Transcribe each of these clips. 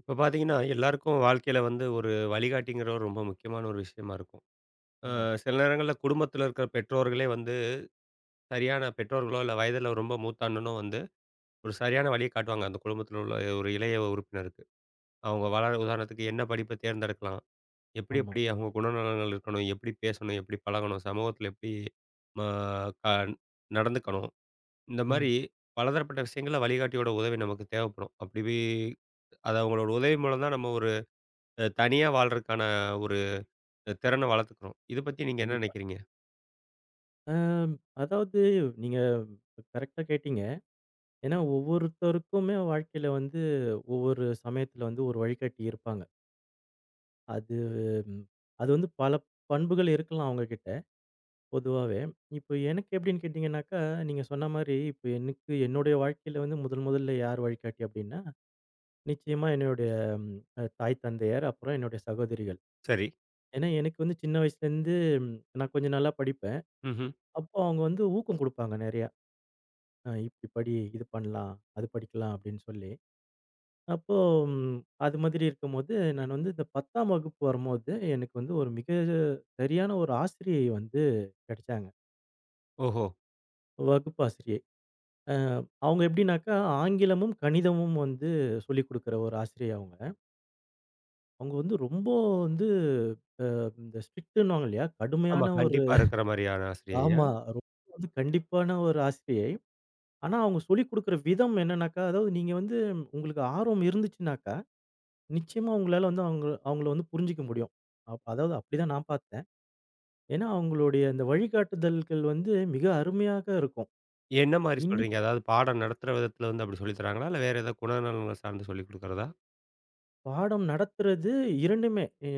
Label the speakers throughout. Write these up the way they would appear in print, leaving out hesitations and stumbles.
Speaker 1: இப்போ பார்த்தீங்கன்னா, எல்லாருக்கும் வாழ்க்கையில வந்து ஒரு வழிகாட்டிங்கிறவர் ரொம்ப முக்கியமான ஒரு விஷயமா இருக்கும். அ
Speaker 2: ஆமா,
Speaker 1: சில நேரங்கள்ல குடும்பத்தில இருக்கிற பெற்றோர்களே வந்து சரியான பெற்றோர்களோ, இல்ல வயதில ரொம்ப மூத்த அண்ணனோ வந்து ஒரு சரியான வழிய காட்டுவாங்க. அந்த குடும்பத்தில உள்ள ஒரு இளைய உறுப்பினருக்கு. அவங்க வளர உதாரணத்துக்கு என்ன படிப்ப தேர்ந்தெடுக்கலாம்? எப்படி
Speaker 2: ஆமா.
Speaker 1: எப்படி அவங்க குணநலங்கள் இருக்கணும்? எப்படி பேசணும்? எப்படி பழகணும்? சமூகத்தில எப்படி ம க நடந்துக்கணும்? இந்த
Speaker 2: ம்.
Speaker 1: மாரி பலதரப்பட்ட விஷயங்கள்ல வழிகாட்டியோட உதவி நமக்கு தேவைப்படும். அப்படி அத அவங்களோட உதவி மூலம் தான் நம்ம ஒரு தனியா வாழ்றதுக்கான இந்த திறனை வளர்த்துக்கிறோம். இத பத்தி நீங்க என்ன
Speaker 2: கண்டிப்பா.
Speaker 1: நினைக்கிறீங்க?
Speaker 2: அ அதாவது நீங்க கரெக்ட்டா கேட்டீங்க. ஏன்னா ஒவ்வொருத்தருக்குமே வாழ்க்கையில வந்து ஒவ்வொரு சமயத்துல வந்து ஒரு வழிகாட்டி இருப்பாங்க. அது ம் அது வந்து பல பண்புகள் இருக்கலாம் அவங்ககிட்ட பொதுவாவே. இப்போ எனக்கு எப்படின்னு கேட்டீங்கன்னாக்கா, நீங்க சொன்ன மாரி இப்ப எனக்கு என்னுடைய வாழ்க்கையில வந்து முதல் முதல்ல யார் வழிகாட்டி அப்படின்னா, நிச்சயமா என்னுடைய ம் அ தாய் தந்தையர், அப்புறம் என்னுடைய சகோதரிகள்.
Speaker 1: சரி.
Speaker 2: ஏன்னா எனக்கு வந்து சின்ன வயசுலேருந்து நான் கொஞ்சம் நல்லா படிப்பேன்.
Speaker 1: ம்ஹ்ம்.
Speaker 2: அப்போ அவங்க வந்து ஊக்கம் குடுப்பாங்க நெறையா. "இப்படி படி, இது பண்ணலாம், அது படிக்கலாம்" அப்படின்னு சொல்லி. அப்போ ம் அது மாதிரி இருக்கும்போது, நான் வந்து இந்த 10ஆம் வகுப்பு வரும்போது, எனக்கு வந்து ஒரு மிக சரியான ஒரு ஆசிரியை வந்து கெடைச்சாங்க.
Speaker 1: ஓஹோ!
Speaker 2: வகுப்பாசிரியை. அ அவங்க எப்படின்னாக்கா, ஆங்கிலமும், கணிதமும் வந்து சொல்லிக் குடுக்குற ஒரு ஆசிரியை அவங்க. அவங்க வந்து ரொம்ப வந்து அ இந்த ஸ்ட்ரிக்ட்டுன்னுவாங்க இல்லையா?
Speaker 1: ஆமா.
Speaker 2: கடுமையான ஒரு.
Speaker 1: கண்டிப்பா இருக்கிற மாரியான ஆசிரியையா?
Speaker 2: ஆமா. ரொம்ப வந்து கண்டிப்பான ஒரு ஆசிரியை. ஆனா, அவங்க சொல்லிக் குடுக்குற விதம் என்னன்னாக்கா, அதாவது நீங்க வந்து உங்களுக்கு ஆர்வம் இருந்துச்சுன்னாக்கா, நிச்சயமா உங்களால வந்து அவங்கள வந்து புரிஞ்சுக்க முடியும். அதாவது அப்படிதான் நான் பார்த்தேன். ஏன்னா, அவங்களுடைய அந்த வழிகாட்டுதல்கள் வந்து மிக அருமையாக இருக்கும்.
Speaker 1: என்ன மாரி
Speaker 2: இன்னி
Speaker 1: சொல்றீங்க? அதாவது பாடம் நடத்துற விதத்துல வந்து அப்படி சொல்லி தராங்களா? இல்ல வேற ஏதாவது குணநலன்கள் சார்ந்து சொல்லிக் குடுக்கிறதா?
Speaker 2: பாடம் நடத்துறது 2மே எ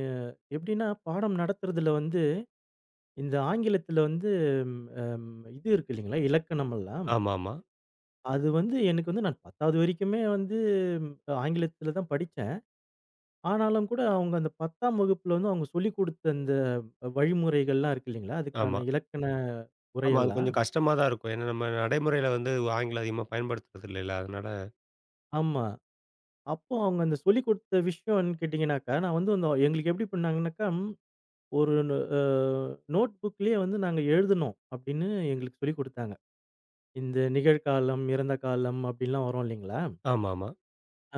Speaker 2: எப்படின்னா, பாடம் நடத்துறதுல வந்து இந்த ஆங்கிலத்துல வந்து ம் அம் இது இருக்கு இல்லைங்களா? இலக்கணமெல்லாம்.
Speaker 1: ஆமாமா.
Speaker 2: அது வந்து எனக்கு வந்து நான் 10வது வரைக்குமே வந்து ஆங்கிலத்துல தான் படிச்சேன். ஆனாலும் கூட அவங்க அந்த 10ஆம் வகுப்புல வந்து அவங்க சொல்லிக் குடுத்த அந்த வழிமுறைகள்லாம் இருக்கு இல்லைங்களா?
Speaker 1: ஆமா.
Speaker 2: அதுக்கான இலக்கண
Speaker 1: ஆமா. அது
Speaker 2: உரையெல்லாம்.
Speaker 1: கொஞ்சம் கஷ்டமா தான் இருக்கும். ஏன்னா நம்ம நடைமுறையில வந்து ஆங்கிலம் அதிகமா பயன்படுத்துறது இல்லைல்ல. அதனால
Speaker 2: ஆமா. அப்போ அவங்க அந்த சொல்லிக் குடுத்த விஷயம்ன்னு கேட்டீங்கன்னாக்கா, நான் வந்து அந்த எங்களுக்கு எப்படி பண்ணாங்கனாக்கா, ம், ஒரு அ நோட் புக்லயே வந்து நாங்க எழுதணும் அப்படின்னு எங்களுக்கு சொல்லிக் குடுத்தாங்க. இந்த நிகழ்காலம், இறந்த காலம் அப்படின்லாம் வரும் இல்லைங்களா?
Speaker 1: ஆமாமா.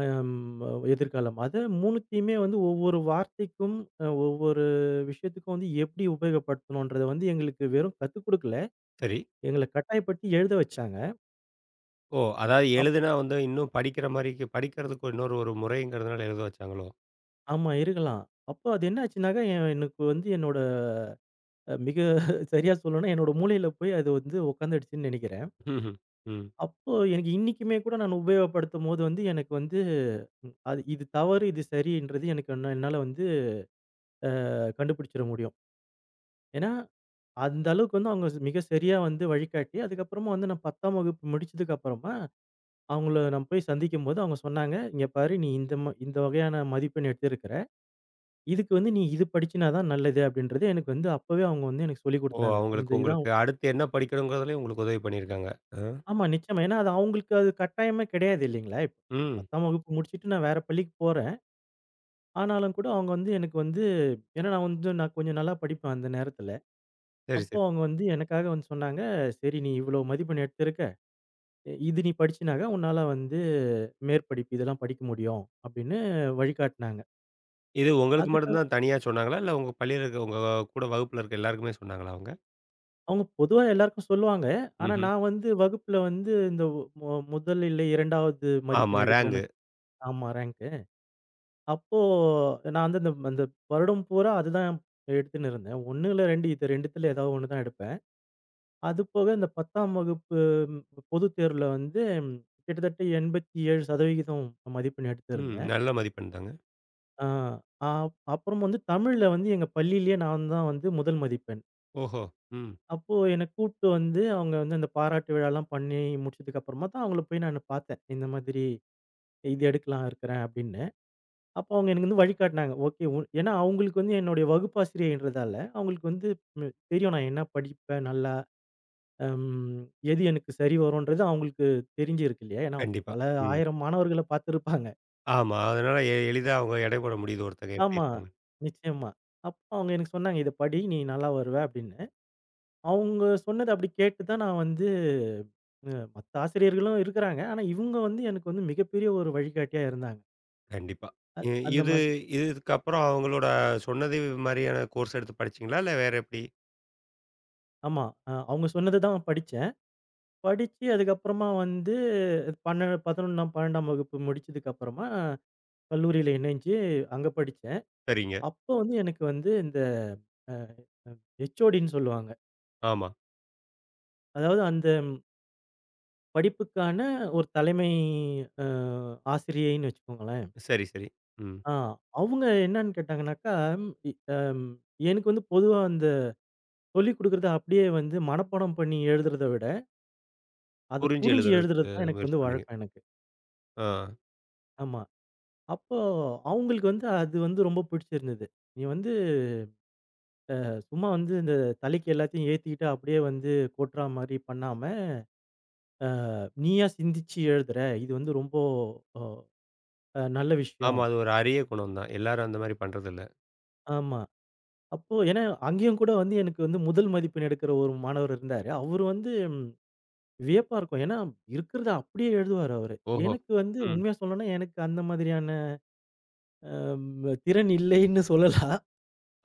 Speaker 2: அம் எதிர்காலம். அத 3த்தையுமே வந்து ஒவ்வொரு வார்த்தைக்கும், ஒவ்வொரு விஷயத்துக்கும் வந்து எப்படி உபயோகப்படுத்தணுன்றத வந்து எங்களுக்கு வெறும் கத்துக் குடுக்கல.
Speaker 1: சரி.
Speaker 2: எங்கள கட்டாயப்படுத்தி எழுத வச்சாங்க.
Speaker 1: ஓ! அதாவது
Speaker 2: அப்
Speaker 1: எழுதுனா வந்து இன்னும் படிக்கிற மாரிக்கு படிக்கிறதுக்கு இன்னொரு ஒரு முறைங்கிறதுனால எழுத வச்சாங்களோ?
Speaker 2: ஆமா இருக்கலாம். அப்போ அது என்ன ஆச்சுன்னாக்கா, எனக்கு வந்து என்னோட மிக சரியா சொல்லணும்னா, என்னோட மூளையில போய் அது வந்து உட்காந்துடுச்சுன்னு நெனைக்கிறேன்.
Speaker 1: ம்ஹ்ம். ம்.
Speaker 2: அப்போ எனக்கு இன்னைக்குமே கூட நான் உபயோகப்படுத்தும்போது வந்து எனக்கு வந்து அது இது தவறு, இது சரின்றது எனக்கு என்னால வந்து கண்டுபிடிச்சிட முடியும். ஏன்னா, அந்த அளவுக்கு வந்து அவங்க மிக சரியா வந்து வழிகாட்டி, அதுக்கப்புறமா வந்து நான் 10ஆம் வகுப்பு முடிச்சதுக்கு அப்புறமா, அவங்கள நான் போய் சந்திக்கும்போது அவங்க சொன்னாங்க, "இங்க பாரு நீ இந்த வகையான மதிப்பெண் எடுத்திருக்கிற. இதுக்கு வந்து நீ இது படிச்சினா தான் நல்லது அப்படின்றது எனக்கு வந்து அப்பவே அவங்க வந்து எனக்கு சொல்லிக்
Speaker 1: ஓ!
Speaker 2: குடுத்தாங்க. இந்த
Speaker 1: அவங்களுக்கு
Speaker 2: இதான்.
Speaker 1: உங்களுக்கு அடுத்து என்ன படிக்கணுங்கிறதுலயும் உங்களுக்கு உதவி பண்ணியிருக்காங்க. அ.
Speaker 2: ஆமா நிச்சயமா. ஏன்னா அது அவங்களுக்கு அது கட்டாயமே கிடையாது இல்லைங்களா? இப்ப
Speaker 1: ம்.
Speaker 2: 10ஆம் வகுப்பு முடிச்சுட்டு நான் வேற பள்ளிக்கு போறேன். ஆனாலும் கூட அவங்க வந்து எனக்கு வந்து, ஏன்னா நான் வந்து நான் கொஞ்சம் நல்லா படிப்பேன் அந்த நேரத்துல.
Speaker 1: சரி,
Speaker 2: அப்போ
Speaker 1: சரி.
Speaker 2: அவங்க வந்து எனக்காக வந்து சொன்னாங்க, "சரி நீ இவ்வளோ மதிப்பெண் எடுத்திருக்க. இது நீ படிச்சினாக உன்னால வந்து மேற்படிப்பு இதெல்லாம் படிக்க முடியும்." அப்படின்னு வழிகாட்டுனாங்க.
Speaker 1: இது உங்களுக்கு
Speaker 2: அதுக்கு
Speaker 1: மட்டும் தான் தனியா சொன்னாங்களா? இல்ல உங்க பள்ளியில இருக்க உங்க கூட வகுப்புல இருக்க எல்லாருக்குமே சொன்னாங்களா அவங்க?
Speaker 2: அவங்க பொதுவா எல்லாருக்கும் சொல்லுவாங்க. ஆனா
Speaker 1: ம்ஹ்ம்.
Speaker 2: நான் வந்து வகுப்புல வந்து இந்த முதல் இல்லை 2வது
Speaker 1: ஆமா
Speaker 2: மதிப்பெண்
Speaker 1: ரேங்கு.
Speaker 2: எடுக்கிறேன்னு வச். ஆமா ரேங்க்கு. அப்போ நான் வந்து அந்த அந்த வருடம் பூரா அதுதான் எடுத்துன்னு இருந்தேன். 1 இல்ல 2 இது 2த்துல ஏதாவது 1 தான் எடுப்பேன். அது போக இந்த 10ஆம் வகுப்பு ம், பொதுத் தேர்வுல வந்து ம், கிட்டத்தட்ட 87% மதிப்பெண்
Speaker 1: ம்.
Speaker 2: எடுத்திருந்தேன்.
Speaker 1: நல்ல மதிப்பெண் தாங்க.
Speaker 2: ஆ அ அப்புறம் வந்து தமிழ்ல வந்து எங்க பள்ளியிலேயே நான் தான் வந்து முதல் மதிப்பெண்.
Speaker 1: ஓஹோ! ம்.
Speaker 2: அப்போ என்ன கூட்டு வந்து அவங்க வந்து அந்த பாராட்டு விழாலாம் பண்ணி முடிச்சதுக்கு அப்புறமா தான் அவங்கள போய் நான் பார்த்தேன். இந்த மாதிரி இது எடுக்கலாம் இருக்கிறேன் அப்படின்னு. அப்போ அவங்க எனக்கு வந்து வழிகாட்டுனாங்க. ஓகே ஏன்னா அவங்களுக்கு வந்து என்னுடைய வகுப்பாசிரியைன்றதால அவங்களுக்கு வந்து தெரியும் நான் என்ன படிப்பேன் நல்லா. அம் எது எனக்கு சரி வரும்ன்றது அவங்களுக்கு தெரிஞ்சிருக்கு இல்லையா? ஏன்னா அவங்க
Speaker 1: கண்டிப்பா.
Speaker 2: பல
Speaker 1: ம்.
Speaker 2: 1000 மாணவர்கள பார்த்துருப்பாங்க.
Speaker 1: ஆமா. அதனால எளிதா அவங்க எடை போட முடியுது ஒருத்தங்க எப்படி
Speaker 2: ஆமா,
Speaker 1: இருக்காங்க.
Speaker 2: நிச்சயமா. அப்போ அவங்க எனக்கு சொன்னாங்க, "இத படி நீ நல்லா வருவ" அப்படின்னு. அவங்க சொன்னது அப்படி கேட்டு தான் நான் வந்து மத்த ஆசிரியர்களும் இருக்கிறாங்க. ஆனா, இவுங்க வந்து எனக்கு வந்து மிகப்பெரிய ஒரு வழிகாட்டியா இருந்தாங்க.
Speaker 1: கண்டிப்பா. இ
Speaker 2: அந்த
Speaker 1: இது
Speaker 2: மாதிரி.
Speaker 1: இதுக்கப்புறம் அவங்களோட சொன்னது மாரியான கோர்ஸ் எடுத்து படிச்சீங்களா? இல்ல வேற எப்படி?
Speaker 2: ஆமா. அவுங்க சொன்னது தான் படிச்சேன். படிச்சு அதுக்கப்புறமா வந்து 12 11ஆம் 12ஆம் வகுப்பு முடிச்சதுக்கப்புறமா கல்லூரியில இணைஞ்சு அங்க படிச்சேன்.
Speaker 1: சரிங்க.
Speaker 2: அப்போ வந்து எனக்கு வந்து இந்த அ ஹெச்ஓடின்னு சொல்லுவாங்க.
Speaker 1: ஆமா.
Speaker 2: அதாவது அந்த படிப்புக்கான ஒரு தலைமை அ ஆசிரியைன்னு வச்சுக்கோங்களேன்.
Speaker 1: சரி, சரி. ம்.
Speaker 2: ஆ அவுங்க என்னன்னு கேட்டாங்கன்னாக்கா, ம், இ அம் எனக்கு வந்து பொதுவா சொல்லிக் குடுக்குறது அப்படியே வந்து மனப்பாடம் பண்ணி எழுதுறத விட, அத
Speaker 1: புரிஞ்சு
Speaker 2: புரிஞ்சு
Speaker 1: எழுதுறதுக்கு
Speaker 2: எழுதுறது தான் எனக்கு
Speaker 1: முயற்சி
Speaker 2: வந்து
Speaker 1: பண்ணீங்க.
Speaker 2: வழக்கம் எனக்கு.
Speaker 1: ஆ.
Speaker 2: ஆமா. அப்போ அவங்களுக்கு வந்து அது வந்து ரொம்ப பிடிச்சிருந்தது. நீ வந்து சும்மா வந்து இந்த தலைக்கு எல்லாத்தையும் ஏத்திக்கிட்டு அப்படியே வந்து கொட்டுறா மாரி பண்ணாம, நீயா சிந்திச்சு எழுதுற. இது வந்து ரொம்ப அ அ நல்ல
Speaker 1: ஆமா.
Speaker 2: விஷயம்.
Speaker 1: அது ஒரு அரிய குணம் தான். எல்லாரும் அந்த மாரி பண்றதில்ல.
Speaker 2: ஆமா. அப்போ ஏன்னா அங்கேயும் கூட வந்து எனக்கு வந்து முதல் மதிப்பெண் எடுக்கிற ஒரு மாணவர் இருந்தாரு. அவரு வந்து ம், வியப்பா இருக்கும். ஏன்னா இருக்கிறத அப்படியே எழுதுவாரு அவரு.
Speaker 1: ஓஹோ!
Speaker 2: எனக்கு வந்து
Speaker 1: ம்.
Speaker 2: உண்மையா சொல்லணும்னா எனக்கு அந்த மாதிரியான நம்ம திறன் இல்லைன்னு சொல்லலாம்.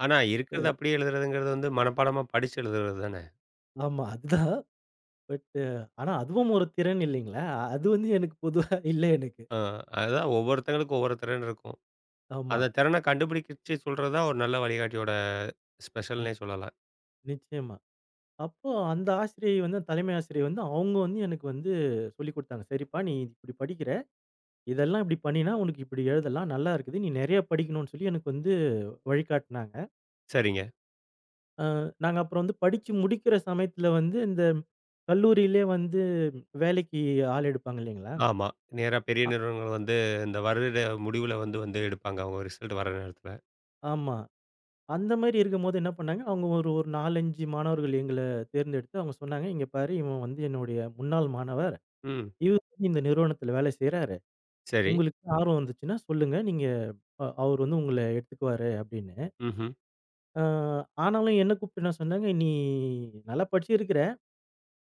Speaker 1: ஆனா, இருக்கிறத அப்படியே எழுதுறதுங்கிறது வந்து மனப்பாடமா படிச்சு எழுதுறது தானே!
Speaker 2: ஆமா அதுதான். பட்டு ஆனா அதுவும் ஒரு திறன் இல்லைங்களா? அது வந்து எனக்கு பொதுவா இல்ல எனக்கு.
Speaker 1: ஆ அதுதான் ஒவ்வொருத்தங்களுக்கும் ஒவ்வொரு திறன் இருக்கும்.
Speaker 2: ஆமா.
Speaker 1: அந்த திறன கண்டுபிடிச்சு சொல்றது தான் ஒரு நல்ல வழிகாட்டியோட
Speaker 2: நி
Speaker 1: ஸ்பெஷல்ன்னே சொல்லலாம்.
Speaker 2: நிச்சயமா. அப்போ அந்த ஆசிரியை வந்து அந்த தலைமை ஆசிரியை வந்து அவங்க வந்து எனக்கு வந்து சொல்லிக் குடுத்தாங்க. "சரிப்பா நீ இப்படி படிக்கிற. இதெல்லாம் இப்படி பண்ணினா உனக்கு இப்படி எழுதலாம். நல்லா இருக்குது. நீ நெறைய படிக்கணும்னு" சொல்லி எனக்கு வந்து வழிகாட்டுனாங்க.
Speaker 1: சரிங்க.
Speaker 2: அ நாங்க அப்புறம் வந்து படிச்சு முடிக்கிற சமயத்துல வந்து இந்த கல்லூரியிலே வந்து வேலைக்கு ஆள் எடுப்பாங்க இல்லைங்களா?
Speaker 1: ஆமா. நேரா பெரிய
Speaker 2: அ
Speaker 1: நிறுவனங்கள் வந்து இந்த வருட முடிவுல வந்து வந்து எடுப்பாங்க. அவங்க ரிசல்ட் வர நேரத்தில.
Speaker 2: ஆமா. அந்த மாரி இருக்கும்போது என்ன பண்ணாங்க, அவங்க ஒரு ஒரு 4, 5 மாணவர்கள் எங்கள தேர்ந்தெடுத்து அவங்க சொன்னாங்க, "இங்க பாரு இவன் வந்து என்னுடைய முன்னாள் மாணவர்.
Speaker 1: ம்.
Speaker 2: இவர் வந்து இந்த நிறுவனத்தில வேலை செய்றாரு.
Speaker 1: சரி.
Speaker 2: உங்களுக்கு ஆர்வம் இருந்துச்சுன்னா சொல்லுங்க. நீங்க அவர் வந்து உங்கள எடுத்துக்குவாரு" அப்படின்னு.
Speaker 1: ம்ஹ்ம்.
Speaker 2: அ ஆனாலும் என்ன கூப்பிட்டு என்ன சொன்னாங்க, "நீ நல்லா படிச்சிருக்கிற.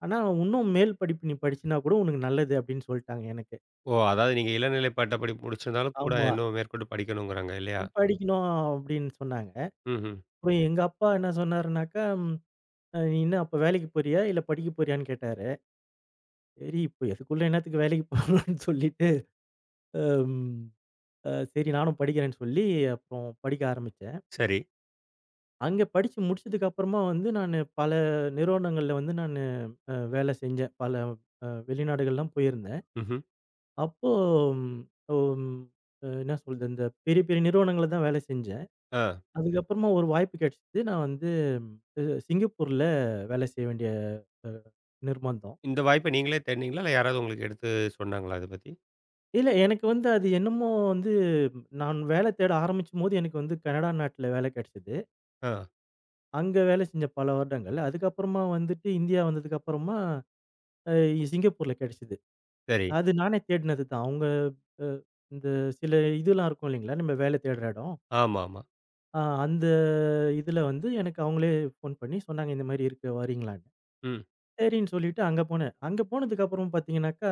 Speaker 2: ஆனா இன்னும் மேல் படிப்பு நீ படிச்சினா கூட உனக்கு நல்லது" அப்படின்னு சொல்ட்டாங்க எனக்கு.
Speaker 1: ஓ! அதாவது நீங்க இளநிலை பட்டப்படிப்பு முடிச்சிருந்தாலும் கூட
Speaker 2: ஆமா.
Speaker 1: இன்னும் மேற்கொண்டு படிக்கணுங்கிறாங்க இல்லையா?
Speaker 2: படிக்கணும் அப்படின்னு சொன்னாங்க.
Speaker 1: ம்ஹ்ம்.
Speaker 2: அப்புறம் எங்க அப்பா என்ன சொன்னாருனாக்கா, "ம் நீ என்ன அப்ப வேலைக்கு போறியா? இல்ல படிக்க போறியான்னு" கேட்டாரு. சரி, இப்ப எதுக்குள்ள என்னத்துக்கு வேலைக்கு போறோம்ன்னு சொல்லிட்டு, ம். சரி நானும் படிக்கிறேன்னு சொல்லி அப்புறம் படிக்க ஆரம்பிச்சேன்.
Speaker 1: சரி.
Speaker 2: அங்க படிச்சு முடிச்சதுக்கு அப்புறமா வந்து நானு பல நிறுவனங்கள்ல வந்து நானு வேலை செஞ்சேன். பல வெளிநாடுகள்லாம் போயிருந்தேன்.
Speaker 1: ம்ஹ்ம்.
Speaker 2: அப்போ ம் ம் அ என்ன சொல்றது, இந்த பெரிய பெரிய நிறுவனங்கள்ல தான் வேலை செஞ்சேன்.
Speaker 1: ஆ.
Speaker 2: அதுக்கப்புறமா ஒரு வாய்ப்பு கிடைச்சது. நான் வந்து அ சிங்கப்பூர்ல வேலை செய்ய வேண்டிய அ நிர்பந்தம்.
Speaker 1: இந்த வாய்ப்ப நீங்களே தேடினீங்களா? இல்ல யாராவது உங்களுக்கு எடுத்து சொன்னாங்களா இத பத்தி?
Speaker 2: இல்ல எனக்கு வந்து அது என்னமோ வந்து நான் வேலை தேட ஆரம்பிக்கும்போது எனக்கு வந்து கனடா நாட்டுல வேலை கிடைச்சது.
Speaker 1: ஆ.
Speaker 2: அங்க வேலை செஞ்ச பல வருடங்கள். அதுக்கப்புறமா வந்துட்டு இந்தியா வந்ததுக்கு அப்புறமா அ சிங்கப்பூர்ல கிடைச்சது.
Speaker 1: சரி.
Speaker 2: அது நானே தேடினது தான். அவங்க அ இந்த சில இதெல்லாம் இருக்கும் இல்லைங்களா? நம்ம வேலை தேடுற இடம்.
Speaker 1: ஆமாமா.
Speaker 2: அ அந்த இதுல வந்து எனக்கு அவங்களே ஃபோன் பண்ணி சொன்னாங்க, "இந்த மாரி இருக்கு வரீங்களான்னு?"
Speaker 1: ம்.
Speaker 2: சரின்னு சொல்லிட்டு அங்க போனேன். அங்க போனதுக்கு அப்புறம் பார்த்தீங்கன்னாக்கா,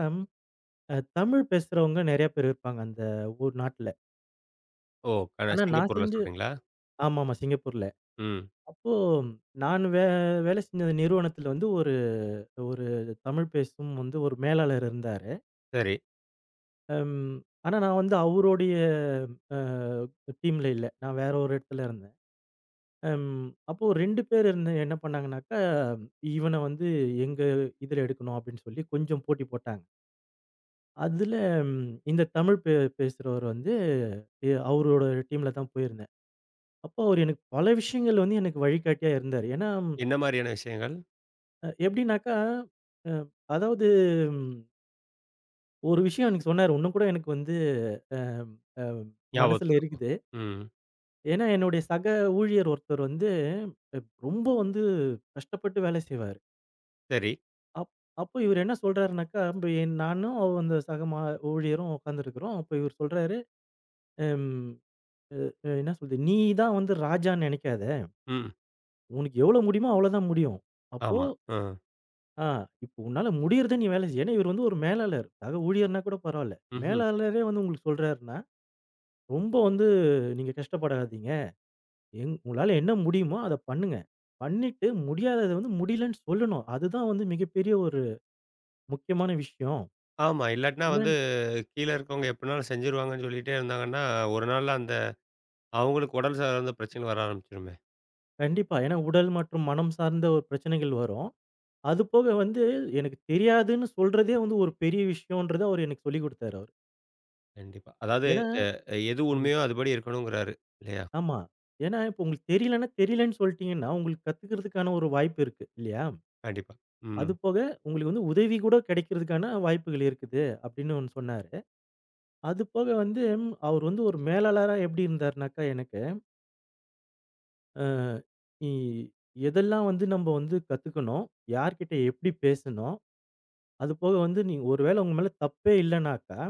Speaker 2: தமிழ் பேசுறவங்க நெறைய பேர் இருப்பாங்க அந்த ஊர் நாட்டுல.
Speaker 1: ஓ!
Speaker 2: ஆனா நான்
Speaker 1: சிங்கப்பூர்ல
Speaker 2: செஞ்சு.
Speaker 1: சொல்றீங்களா?
Speaker 2: ஆமாமா சிங்கப்பூர்ல.
Speaker 1: ம்.
Speaker 2: அப்போ நான் வே வேலை செஞ்ச நிறுவனத்துல வந்து ஒரு ஒரு தமிழ் பேசும் வந்து ஒரு மேலாளர் இருந்தாரு.
Speaker 1: சரி.
Speaker 2: அம் ஆனா நான் வந்து அவருடைய அ டீம்ல இல்ல. நான் வேற ஒரு இடத்துல இருந்தேன். அம் அப்போ 2 பேர் இருந்து என்ன பண்ணாங்கன்னாக்கா, இவன வந்து எங்க இதுல எடுக்கணும் அப்படின்னு சொல்லி கொஞ்சம் போட்டி போட்டாங்க. அதுல ம், இந்த தமிழ் பே பேசுறவர் வந்து அவரோட டீம்ல தான் போயிருந்தேன். அப்போ அவர் எனக்கு பல விஷயங்கள் வந்து எனக்கு வழிகாட்டியா இருந்தாரு. ஏன்னா,
Speaker 1: என்ன மாரியான விஷயங்கள்?
Speaker 2: எப்படின்னாக்கா, அ அதாவது ம் ஒரு விஷயம் அன்னைக்கு சொன்னாரு. இன்னும் கூட எனக்கு வந்து அம் அம்
Speaker 1: ஞாபகத்துல
Speaker 2: மனசுல
Speaker 1: இருக்கும்.
Speaker 2: இருக்குது.
Speaker 1: ம்.
Speaker 2: ஏன்னா, என்னுடைய சக ஊழியர் ஒருத்தர் வந்து ரொம்ப வந்து கஷ்டப்பட்டு வேலை செய்வாரு.
Speaker 1: சரி.
Speaker 2: அப் அப்போ இவரு என்ன சொல்றாருனாக்கா, இப்ப நானும் அந்த சக மா ஊழியரும் உட்காந்துருக்கிறோம். அப்ப இவரு சொல்றாரு, "ம் அ என்ன சொல்றது, நீ தான் வந்து ராஜான்னு நெனைக்காத.
Speaker 1: ம்.
Speaker 2: உனக்கு எவ்வளோ முடியுமோ அவ்வளோதான் முடியும். அப்போ
Speaker 1: ஆமா. அ.
Speaker 2: ஆ இப்போ உன்னால முடியறத நீ வேலை செய். ஏன்னா இவர் வந்து ஒரு மேலாளர். சக ஊழியர்னா கூட பரவால்ல.
Speaker 1: ம்ஹ்ம்.
Speaker 2: மேலாளரே வந்து உங்களுக்கு சொல்றாருன்னா, ரொம்ப வந்து நீங்க கஷ்டப்படாதீங்க. உங்களால என்ன முடியுமோ அத பண்ணுங்க. பண்ணிட்டு முடியாதத வந்து முடியலன்னு சொல்லணும். அதுதான் வந்து மிகப்பெரிய ஒரு முக்கியமான விஷயம்.
Speaker 1: ஆமா. இல்லாட்டினா
Speaker 2: ஏன்னா
Speaker 1: வந்து கீழ இருக்கவங்க எப்படினாலும் செஞ்சுருவாங்கன்னு சொல்லிட்டே இருந்தாங்கன்னா, ஒரு நாள்ல அந்த அவங்களுக்கு உடல் சார்ந்த பிரச்சனை வர ஆரம்பிச்சுருமே!
Speaker 2: கண்டிப்பா. ஏன்னா உடல் மற்றும் மனம் சார்ந்த ஒரு பிரச்சனைகள் வரும். அது போக வந்து எனக்கு தெரியாதுன்னு சொல்றதே வந்து ஒரு பெரிய விஷயம்ன்றத அவரு எனக்கு சொல்லிக் குடுத்தாரு அவரு.
Speaker 1: கண்டிப்பா. அதாவது
Speaker 2: ஏன்னா
Speaker 1: எது
Speaker 2: ம்.
Speaker 1: உண்மையோ அதுபடி இருக்கணுங்கிறாரு. இல்லையா?
Speaker 2: ஆமா. ஏன்னா, இப்போ உங்களுக்கு தெரியலன்னா, தெரியலன்னு சொல்ட்டீங்கன்னா, உங்களுக்கு கத்துக்கிறதுக்கான ஒரு வாய்ப்பு இருக்கு. இல்லையா?
Speaker 1: கண்டிப்பா. ம்.
Speaker 2: அது போக உங்களுக்கு வந்து உதவி கூட கிடைக்கிறதுக்கான வாய்ப்புகள் இருக்குது. அப்படின்னு ஒண்ணு சொன்னாரு. அது போக வந்து ம், அவர் வந்து ஒரு மேலாளரா எப்படி இருந்தாருனாக்கா எனக்கு, அ இ எதெல்லாம் வந்து நம்ப வந்து கத்துக்கணும்? யார்கிட்ட எப்படி பேசணும்? அது போக வந்து நீங்க ஒரு வேளை உங்க மேல தப்பே இல்லனாக்கா,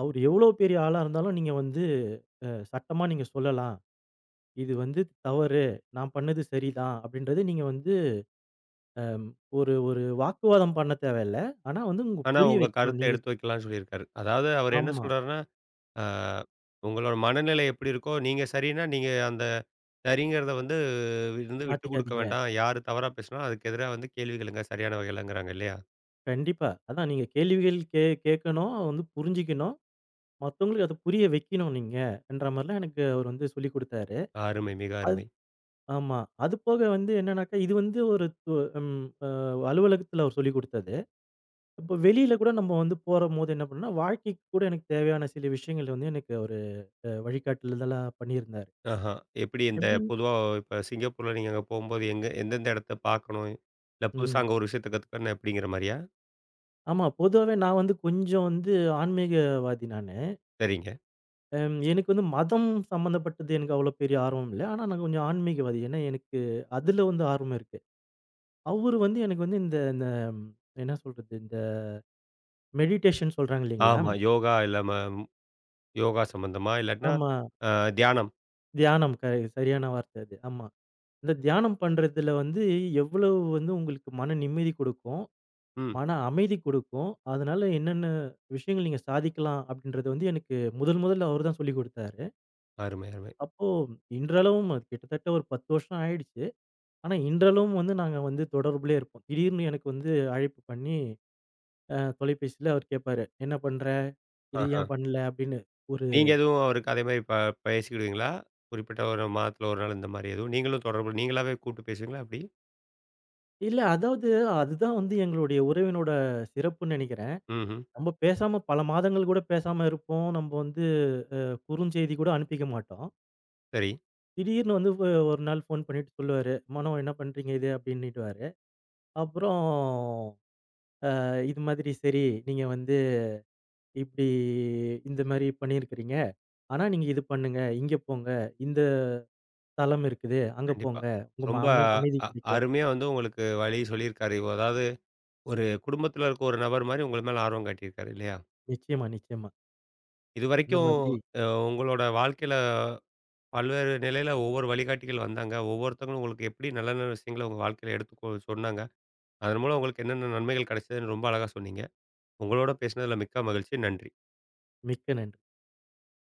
Speaker 2: அவரு எவ்வளோ பெரிய ஆளா இருந்தாலும் நீங்க வந்து சட்டமா நீங்க சொல்லலாம். இது வந்து தவறு. நான் பண்ணது சரிதான். அப்படின்றத நீங்க வந்து அம் ஒரு ஒரு வாக்குவாதம் பண்ண தேவையில்ல. ஆனா வந்து உங்க
Speaker 1: ஆனா
Speaker 2: புரிய
Speaker 1: உங்க
Speaker 2: வைக்கணும்.
Speaker 1: கருத்த
Speaker 2: நீங்க.
Speaker 1: எடுத்து வைக்கலாம்னு சொல்லியிருக்காரு. அதாவது அவர் என்ன
Speaker 2: ஆமா.
Speaker 1: சொல்றாருன்னா ஆ, உங்களோட மனநிலை எப்படி இருக்கோ, நீங்க சரின்னா, நீங்க அந்த சரிங்கிறத வந்து இருந்து விட்டு குடுக்க
Speaker 2: மாத்திக்காதீங்க.
Speaker 1: வேண்டாம். யாரு தவறா பேசினாலும் அதுக்கு எதிரா வந்து கேள்வி கேளுங்க. சரியான வகையிலங்கிறாங்க இல்லையா?
Speaker 2: கண்டிப்பா. அதான் நீங்க கேள்விகள் கேட்கணும். வந்து புரிஞ்சுக்கணும். மத்தவங்களுக்கு அத புரிய வைக்கணும் நீங்கன்ற மாரிலாம் எனக்கு அவரு வந்து சொல்லிக் குடுத்தாரு.
Speaker 1: அருமை, மிக
Speaker 2: அது.
Speaker 1: அருமை.
Speaker 2: ஆமா. அது போக வந்து என்னன்னாக்கா, இது வந்து ஒரு து ம் அ அலுவலகத்துல அவர் சொல்லிக் குடுத்தது. இப்ப வெளியில கூட நம்ம வந்து போறம்போது என்ன பண்ணோம்னா, வாழ்க்கைக்கு கூட எனக்கு தேவையான சில விஷயங்கள் வந்து எனக்கு அவரு வழிகாட்டுதலா பண்ணியிருந்தாரு.
Speaker 1: ஆஹா. எப்படி இந்த
Speaker 2: எப்படின்னு.
Speaker 1: பொதுவா இப்ப சிங்கப்பூர்ல நீங்க அங்க போம்போது எங்க எந்தெந்த இடத்த பார்க்கணும்? இல்ல புதுசா
Speaker 2: ம்.
Speaker 1: அங்க ஒரு விஷயத்த கத்துக்கணும் அப்படிங்கிற மாரியா?
Speaker 2: ஆமா. பொதுவாவே நான் வந்து கொஞ்சம் வந்து ஆன்மீகவாதி நானு.
Speaker 1: சரிங்க.
Speaker 2: எனக்கு வந்து மதம் சம்மந்தப்பட்டது எனக்கு அவ்வளோ பெரிய ஆர்வம் இல்ல. ஆனா நான் கொஞ்சம் ஆன்மீகவாதி. ஏன்னா எனக்கு அதுல வந்து ஆர்வம் இருக்கு. அவரு வந்து எனக்கு வந்து இந்த இந்த ம், என்ன சொல்றது? இந்த மெடிடேஷன் சொல்றாங்க இல்லீங்களா?
Speaker 1: ஆமா. யோகா இல்லாம யோகா சம்பந்தமா? இல்லாட்டினா,
Speaker 2: ஆமா.
Speaker 1: அ தியானம்.
Speaker 2: தியானம் சரியான வார்த்தை அது. ஆமா. இந்த தியானம் பண்றதுல வந்து எவ்வளவு வந்து உங்களுக்கு மன நிம்மதி கொடுக்கும்,
Speaker 1: ம்.
Speaker 2: மன அமைதி கொடுக்கும். அதனால என்னென்ன விஷயங்கள் நீங்க சாதிக்கலாம் அப்படின்றத வந்து எனக்கு முதல் முதல்ல அவரு தான் சொல்லிக் குடுத்தாரு.
Speaker 1: அருமை, அருமை.
Speaker 2: அப்போ இன்றளவும் அது கிட்டத்தட்ட ஒரு 10 வருஷம் ஆயிடுச்சு. ஆனா, இன்றளவும் வந்து நாங்க வந்து தொடர்புலயே இருப்போம். திடீர்னு எனக்கு வந்து அழைப்பு பண்ணி, தொலைபேசியில அவர் கேட்பாரு. "என்ன பண்ற? இது
Speaker 1: ஆஹா.
Speaker 2: ஏன் பண்ணல?" அப்படின்னு. ஒரு
Speaker 1: நீங்க எதுவும் அவருக்கு அதே மாரி பேசிக்கிடுவீங்களா? குறிப்பிட்ட ஒரு மாதத்துல 1 நாள் இந்த மாரி எதுவும்? நீங்களும் தொடர்பு நீங்களாவே கூப்பிட்டு பேசுவீங்களா எப்படி?
Speaker 2: இல்ல அதாவது அதுதான் வந்து எங்களுடைய உறவினோட சிறப்புன்னு நெனைக்கிறேன்.
Speaker 1: ம்ஹ்ம்.
Speaker 2: நம்ம பேசாம பல மாதங்கள் கூட பேசாம இருப்போம். நம்ம வந்து குறுஞ்செய்தி கூட அனுப்பிக்க மாட்டோம்.
Speaker 1: சரி.
Speaker 2: திடீர்னு வந்து ஒரு நாள் ஃபோன் பண்ணிட்டு சொல்லுவாரு. "மனோ என்ன பண்றீங்க இது?" அப்படின்னுட்டுவாரு. அப்புறம், இது மாதிரி சரி, நீங்க வந்து" இப்படி இந்த மாரி பண்ணியிருக்கிறீங்க. ஆனா, நீங்க இது பண்ணுங்க, இங்க போங்க, இந்த தலம் இருக்குது, அங்க
Speaker 1: கண்டிப்பா.
Speaker 2: போங்க. உங்க ம
Speaker 1: ரொம்ப
Speaker 2: அம அமைதி
Speaker 1: அ
Speaker 2: கிடைக்கும்.
Speaker 1: அருமையா வந்து உங்களுக்கு வழி சொல்லியிருக்காரு. அதாவது ஒரு குடும்பத்துல இருக்க ஒரு நபர் மாரி உங்க மேல ஆர்வம் காட்டியிருக்காரு இல்லையா?
Speaker 2: நிச்சயமா, நிச்சயமா. இந்த
Speaker 1: இதுவரைக்கும்
Speaker 2: மாதிரி
Speaker 1: அ உங்களோட வாழ்க்கையில பல்வேறு நிலையில ஒவ்வொரு வழிகாட்டிகள் வந்தாங்க. ஒவ்வொருத்தவங்களும் உங்களுக்கு எப்படி நல்ல நல்ல விஷயங்கள உங்க வாழ்க்கையில எடுத்துக்கோ சொன்னாங்க. அதன் மூலம் உங்களுக்கு என்னென்ன நன்மைகள் கிடைச்சதுன்னு ரொம்ப அழகா சொன்னீங்க. உங்களோட பேசினதுல மிக்க மகிழ்ச்சி. நன்றி.
Speaker 2: மிக்க நன்றி.